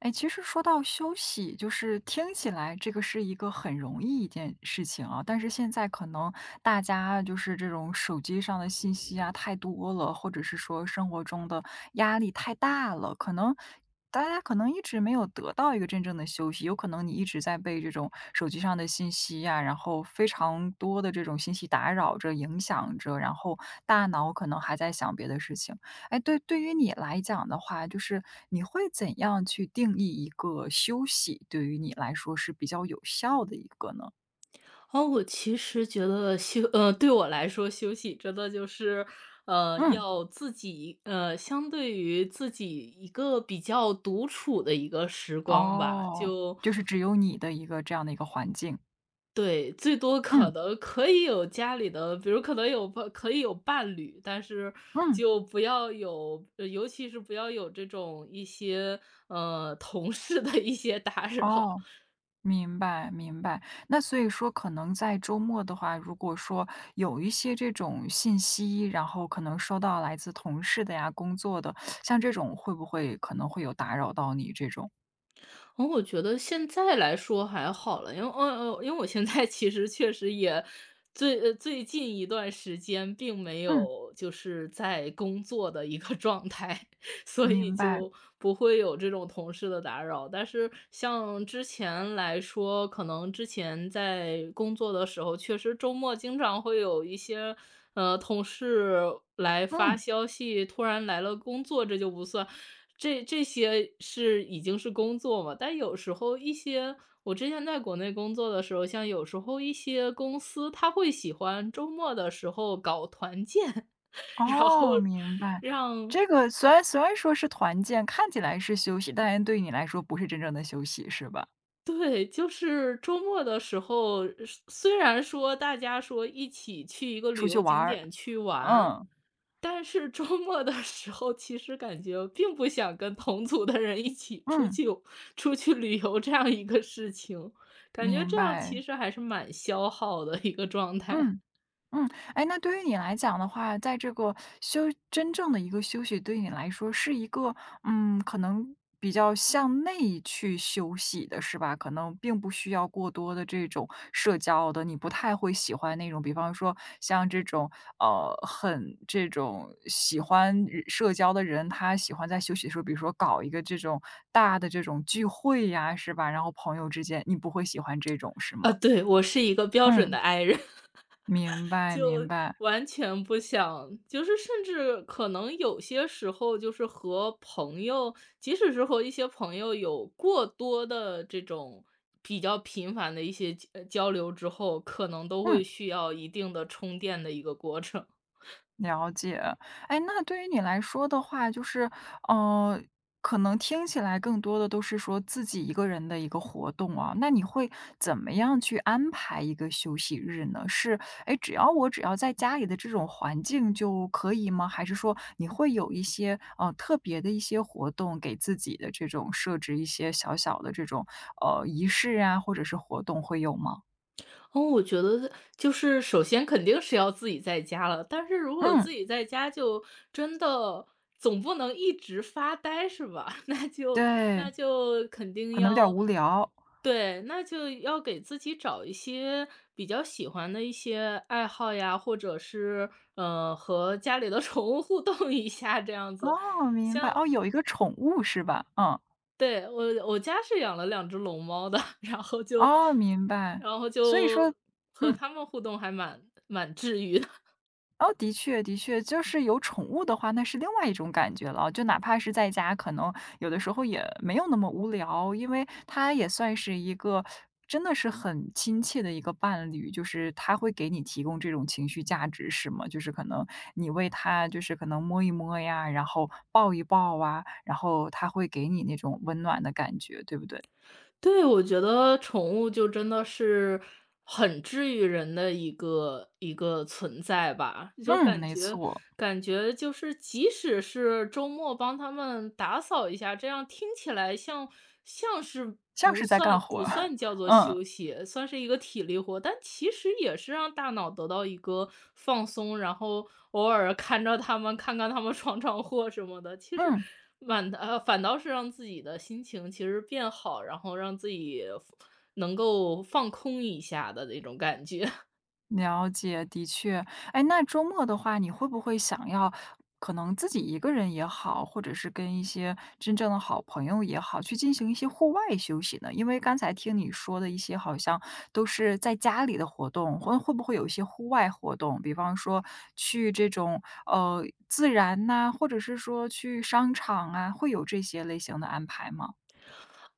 哎，其实说到休息，就是听起来这个是一个很容易一件事情啊，但是现在可能大家就是这种手机上的信息啊太多了，或者是说生活中的压力太大了，可能大家可能一直没有得到一个真正的休息，有可能你一直在被这种手机上的信息呀、然后非常多的这种信息打扰着、影响着，然后大脑可能还在想别的事情。哎，对，对于你来讲的话，就是你会怎样去定义一个休息，对于你来说是比较有效的一个呢？哦，我其实觉得对我来说休息真的就是，嗯，要自己相对于自己一个比较独处的一个时光吧。哦，就是只有你的一个这样的一个环境。对，最多嗯可能可以有家里的，比如可能可以有伴侣，但是嗯，就不要有呃尤其是不要有这种一些，同事的一些打扰。哦，明白明白。那所以说，可能在周末的话，如果说有一些这种信息，然后可能收到来自同事的呀、工作的，像这种会不会可能会有打扰到你这种？哦，我觉得现在来说还好了，因为我现在其实确实也最近一段时间并没嗯，有就是在工作的一个状态，所以明白。就不会有这种同事的打扰。但是像之前来说，可能之前在工作的时候，确实周末经常会有一些，同事来发嗯。消息，突然来了工作，这就不算。这些是已经是工作嘛，但有时候一些我之前在国内工作的时候，像有时候一些公司，他会喜欢周末的时候搞团建。然后哦，明白。让这个虽然说是团建，看起来是休息，但对你来说不是真正的休息，是吧？对，就是周末的时候，是虽然说大家说一起去一个旅出去游玩景儿，点去玩，嗯，但是周末的时候，其实感觉并不想跟同组的人一起出嗯，去旅游这样一个事情，感觉明这样白，其实还是蛮消耗的一个状态。嗯。嗯，哎，那对于你来讲的话，在这个休真正的一个休息，对你来说是一个，可能比较向内去休息的，是吧？可能并不需要过多的这种社交的，你不太会喜欢那种，比方说像这种，很这种喜欢与社交的人，他喜欢在休息的时候，比如说搞一个这种大的这种聚会呀，是吧？然后朋友之间，你不会喜欢这种，是吗？啊，对，我是一个标准嗯，的 I 人。明白，就明白，完全不想就是甚至可能有些时候就是和朋友即使是和一些朋友有过多的这种比较频繁的一些交流之后，可能都会嗯。需要一定的充电的一个过程。了解，哎，那对于你来说的话，就是，呃，可能听起来更多的都是说自己一个人的一个活动啊，那你会怎么样去安排一个休息日呢？是，哎，只要我只要在家里的这种环境就可以吗？还是说你会有一些特别的一些活动，给自己的这种设置一些小小的这种仪式啊，或者是活动会有吗？哦，我觉得就是首先肯定是要自己在家了，但是如果嗯，自己在家就真的总不能一直发呆是吧？那就那对，就肯定可能有点要。无聊。对，那就要给自己找一些比较喜欢的一些爱好呀，或者是，和家里的宠物互动一下这样子。哦，明白。像哦，有一个宠物是吧？嗯，对，我家是养了两只龙猫的。然后就哦，明白。然后所以说就和嗯，它们互动还蛮治愈的。哦，的确的确，就是有宠物的话，那是另外一种感觉了。就哪怕是在家，可能有的时候也没有那么无聊，因为它也算是一个真的是很亲切的一个伴侣，就是他会给你提供这种情绪价值，是吗？就是可能你为他，就是可能摸一摸呀，然后抱一抱啊，然后他会给你那种温暖的感觉，对不对？对，我觉得宠物就真的是很治愈人的一个一个存在吧，就嗯，感没觉错。感觉就是即使是周末帮他们打扫一下，这样听起来像是像不是在干算活不儿，算叫 做嗯，休息，算是一个体力活，但其实也是让大脑得到一个放松，然后偶尔看着他们，看看他们 闯闯祸什么的，其实嗯，反倒是让自己的心情其实变好，然后让自己能够放空一下的那种感觉。了解，的确。哎，那周末的话，你会不会想要可能自己一个人也好，或者是跟一些真正的好朋友也好，去进行一些户外休息呢？因为刚才听你说的一些好像都是在家里的活动，会不会有一些户外活动？比方说去这种，自然呐，或者是说去商场啊，会有这些类型的安排吗？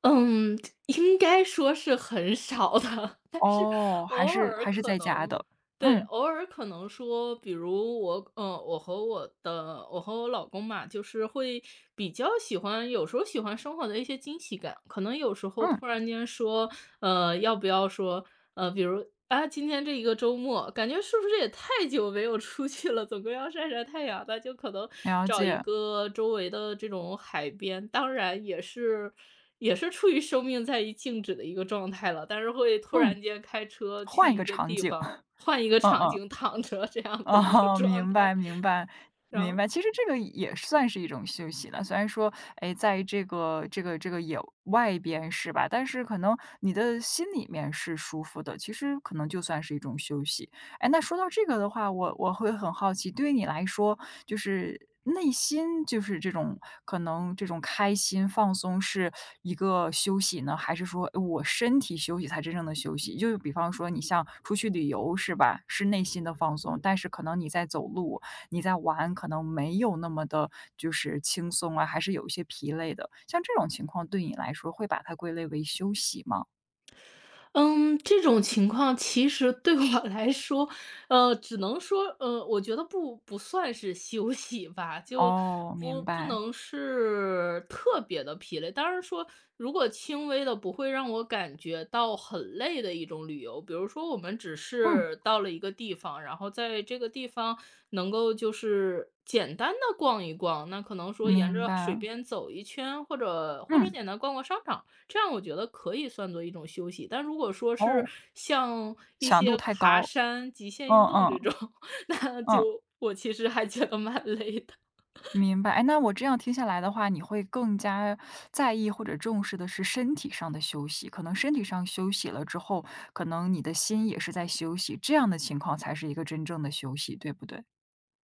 嗯，应该说是很少的。哦，还偶是尔还是可在家能的，对，嗯，偶尔可能说，比如我，嗯，我和我老公嘛，就是会比较喜欢，有时候喜欢生活的一些惊喜感。可能有时候嗯。突然间说，要不要说比如，啊，今天这一个周末，感觉是不是也太久没有出去了，总归要晒晒太阳，那就可能了找一解，个周围的这种海边，当然也是处于生命在于静止的一个状态了，但是会突嗯，然间开车换去一个一个场地景，方，换一个嗯场嗯，景躺着这样的一个哦，状明白态。明白 然明后白。其实这个也算是一种休息了，虽然说，哎，在这个野外边是吧？但是可能你的心里面是舒服的，其实可能就算是一种休息。哎，那说到这个的话，我会很好奇，对于你来说，就是内心就是这种可能这种开心放松是一个休息呢，还是说我身体休息才真正的休息？就比方说你像出去旅游是吧，是内心的放松，但是可能你在走路、你在玩，可能没有那么的就是轻松啊，还是有一些疲累的。像这种情况对你来说，会把它归类为休息吗？嗯，这种情况其实对我 来说，只能说，我觉得不算是休息吧，就哦，不明不白，能是特别的疲累。当然说，如果轻微的不会让我感觉到很累的一种旅游，比如说我们只嗯，是到了一个地方，然后在这个地方能够就是简单的逛一逛，那可能说沿明着水白，边走一圈，或者嗯，简单逛逛商场。这样我觉得可以算作一种休息，但如果说是哦。像一强度些太爬高，山、极限嗯运动这嗯种，那嗯，就我其实还觉得蛮累的。明白。哎，那我这样听下来的话，你会更加在意或者重视的是身体上的休息，可能身体上休息了之后，可能你的心也是在休息，这样的情况才是一个真正的休息，对不对？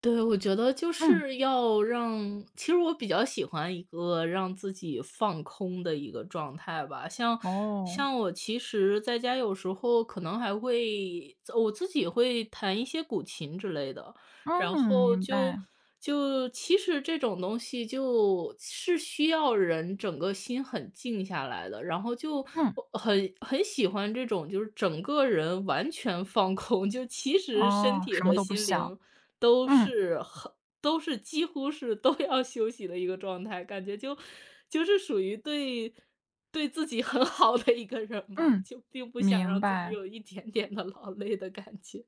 对，我觉得就嗯，是其实我比较喜欢一个让自己放空的一个状态吧。像哦，像我其实在家有时候可能我自己会弹一些古琴之类的，然嗯，后明就白，就其实这种东西就是需要人整个心很静下来的，然后就嗯，我很喜欢这种就是整个人完全放空，就其实身哦，体什么和都不心想，灵都嗯是很都是几乎是都要休息的一个状态，感觉就是属于对自己很好的一个人吧，嗯，就并不想明让自己白。有一点点的劳累的感觉。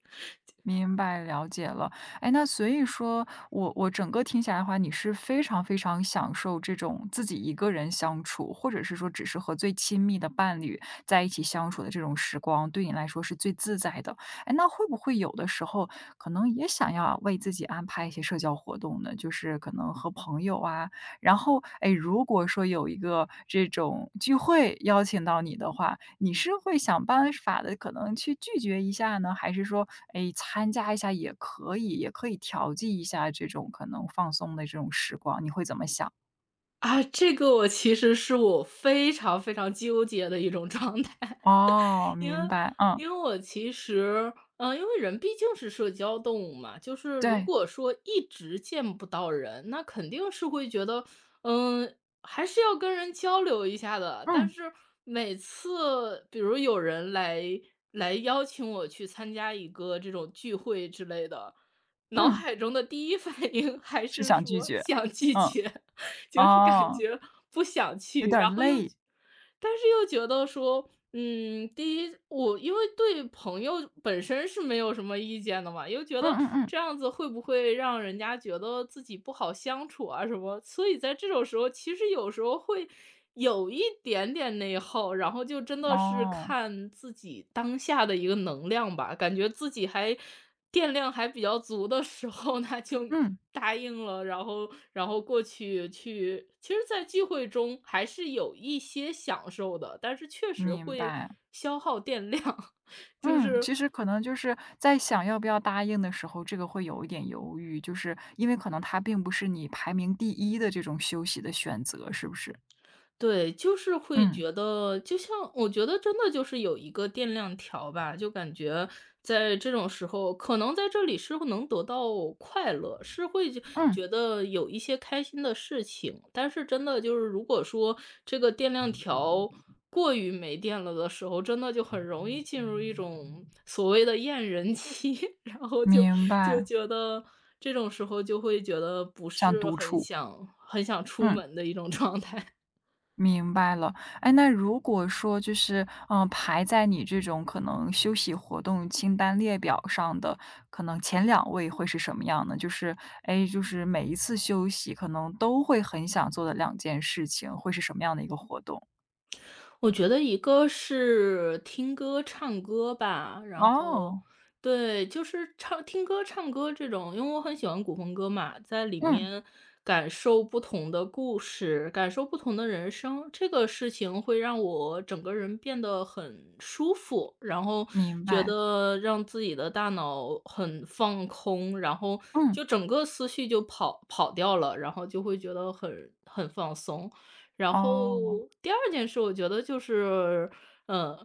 明白，了解了。哎，那所以说，我整个听下来的话，你是非常非常享受这种自己一个人相处，或者是说只是和最亲密的伴侣在一起相处的这种时光，对你来说是最自在的。哎，那会不会有的时候可能也想要为自己安排一些社交活动呢？就是可能和朋友啊，然后，哎，如果说有一个这种聚会邀请到你的话，你是会想办法的，可能去拒绝一下呢？还是说，哎，参加一下也可以，也可以调剂一下这种可能放松的这种时光，你会怎么想？啊，这个我其实是我非常非常纠结的一种状态。哦，因为明白，嗯，因为我其实，嗯，因为人毕竟是社交动物嘛，就是如对，果说一直见不到人，那肯定是会觉得，嗯，还是要跟人交流一下的。但嗯，是每次比如有人来邀请我去参加一个这种聚会之类的，脑嗯，海中的第一反应还是是想拒说绝，想拒嗯，绝。就是感哦，觉不想有去，点儿然后又累，但是又觉得说，嗯，第一，我因为对朋友本身是没有什么意见的嘛，又觉嗯得嗯嗯，这样子会不会让人家觉得自己不好相处啊什么，所以在这种时候，其实有时候会有一点点内耗，然后就真的是哦，看自己当下的一个能量吧，感觉自己电量还比较足的时候，那就嗯，答应了，然后过去其实在聚会中还是有一些享受的，但是确实明会白。消耗电量。就嗯，是其实可能就是在想要不要答应的时候，这个会有一点犹豫，就是因为可能它并不是你排名第一的这种休息的选择，是不是？对，就是会嗯，觉得，就像我觉得真的就是有一个电量条吧，就感觉在这种时候，可能在这里是能得到快乐，是会觉嗯，觉得有一些开心的事情，但是真的就是如果说这个电量条过于没电了的时候，真的就很容易进入一种所谓的厌人期。然后就明就白，觉得这种时候就会觉得不想是独很处，想很想出嗯，门的一种状态。明白了。哎，那如果说就是，嗯排在你这种可能休息活动清单列表上的，可能前两位会是什么样呢？就是，哎，就是每一次休息可能都会很想做的两件事情，会是什么样的一个活动？我觉得一个是听歌、唱歌吧，然后哦。对，就是听歌、唱歌这种，因为我很喜欢古风歌嘛，在里嗯，面感受不同的故事，感受不同的人生，这个事情会让我整个人变得很舒服，然后明觉白。得让自己的大脑很放空，然后嗯，就整个思绪就跑掉了，然后就会觉得很放松。然哦，后第二件事我觉得就是，嗯，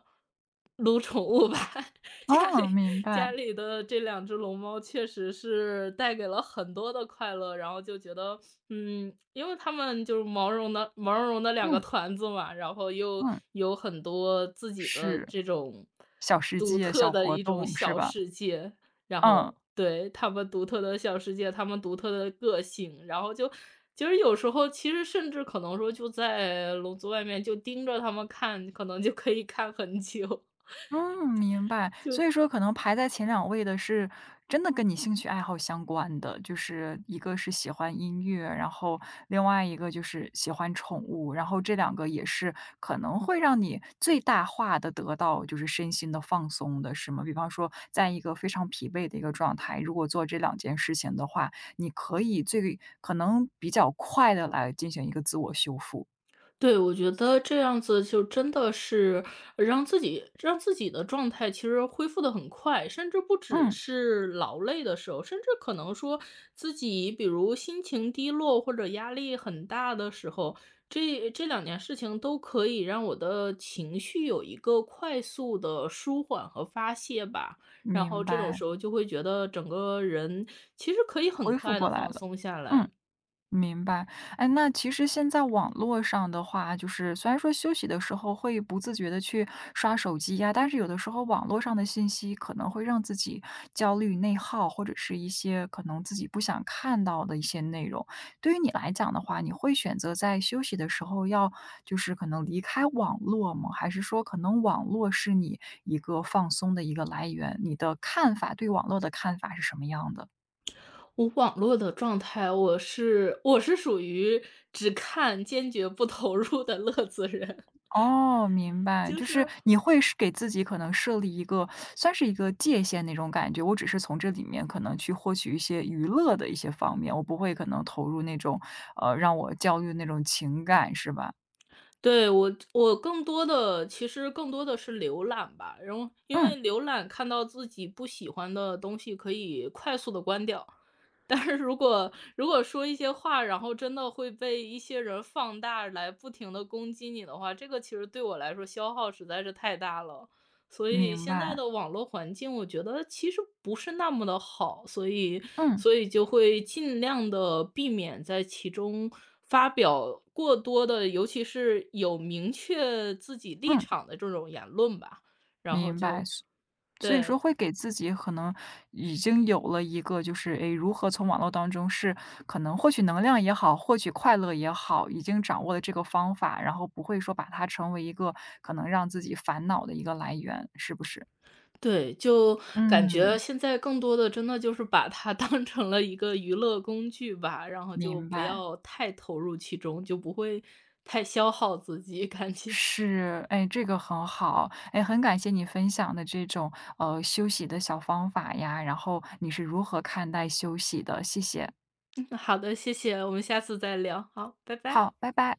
撸宠物吧。家哦，里明家白。里的这两只龙猫确实是带给了很多的快乐，然后就觉得，嗯，因为它们就是毛茸茸的两个嗯，团子嘛，然后又嗯，有很多自己的是，这种小世独界、特小的活一种动是小吧？世界。然嗯。后对，他们独特的小世界，他们独特的个性，然后就其实有时候其实甚至可能说就在笼子外面就盯着他们看，可能就可以看很久。嗯，明白。所以说可能排在前两位的是真的跟你兴趣爱好相关的，就是一个是喜欢音乐，然后另外一个就是喜欢宠物，然后这两个也是可能会让你最大化的得到就是身心的放松的，是吗？比方说在一个非常疲惫的一个状态，如果做这两件事情的话，你可以最可能比较快的来进行一个自我修复。对，我觉得这样子就真的是让自己的状态其实恢复的很快，甚至不只嗯，是劳累的时候，甚至可能说自己比如心情低落或者压力很大的时候，这两件事情都可以让我的情绪有一个快速的舒缓和发泄吧。然明后这种白，时候就会觉得整个人其实可以很恢复快过的来放了。松下嗯。来。明白，哎，那其实现在网络上的话，就是虽然说休息的时候会不自觉的去刷手机呀，但是有的时候网络上的信息可能会让自己焦虑、内耗，或者是一些可能自己不想看到的一些内容。对于你来讲的话，你会选择在休息的时候要就是可能离开网络吗？还是说可能网络是你一个放松的一个来源？你的看法，对网络的看法是什么样的？我网络的状态，我是属于只看坚决不投入的乐子人。哦，明白，就是你会是给自己可能设立一个算是一个界限那种感觉，我只是从这里面可能去获取一些娱乐的一些方面，我不会可能投入那种，让我焦虑那种情感，是吧？对，我更多的其实更多的是浏览吧，然后因嗯，为浏览看到自己不喜欢的东西可以快速的关掉。但是如果说一些话，然后真的会被一些人放大来不停的攻击你的话，这个其实对我来说消耗实在是太大了。所以明现在白，的网络环境，我觉得其实不是那么的好，所以嗯，所以就会尽量的避免在其中发表过多的，尤其是有明确自己立嗯，场的这种言论吧。然后明白。就所以说对。会给自己可能已经有了一个就是，诶，如何从网络当中是可能获取能量也好，获取快乐也好，已经掌握了这个方法，然后不会说把它成为一个可能让自己烦恼的一个来源，是不是？对，就感觉嗯，现在更多的真的就是把它 当成了一个娱乐工具吧，然后就明不白。要太投入其中，就不会太消耗自己，感觉。是，哎，这个很好，哎，很感谢你分享的这种，休息的小方法呀，然后你是如何看待休息的，谢谢。好的，谢谢，我们下次再聊，好，拜拜。好，拜拜。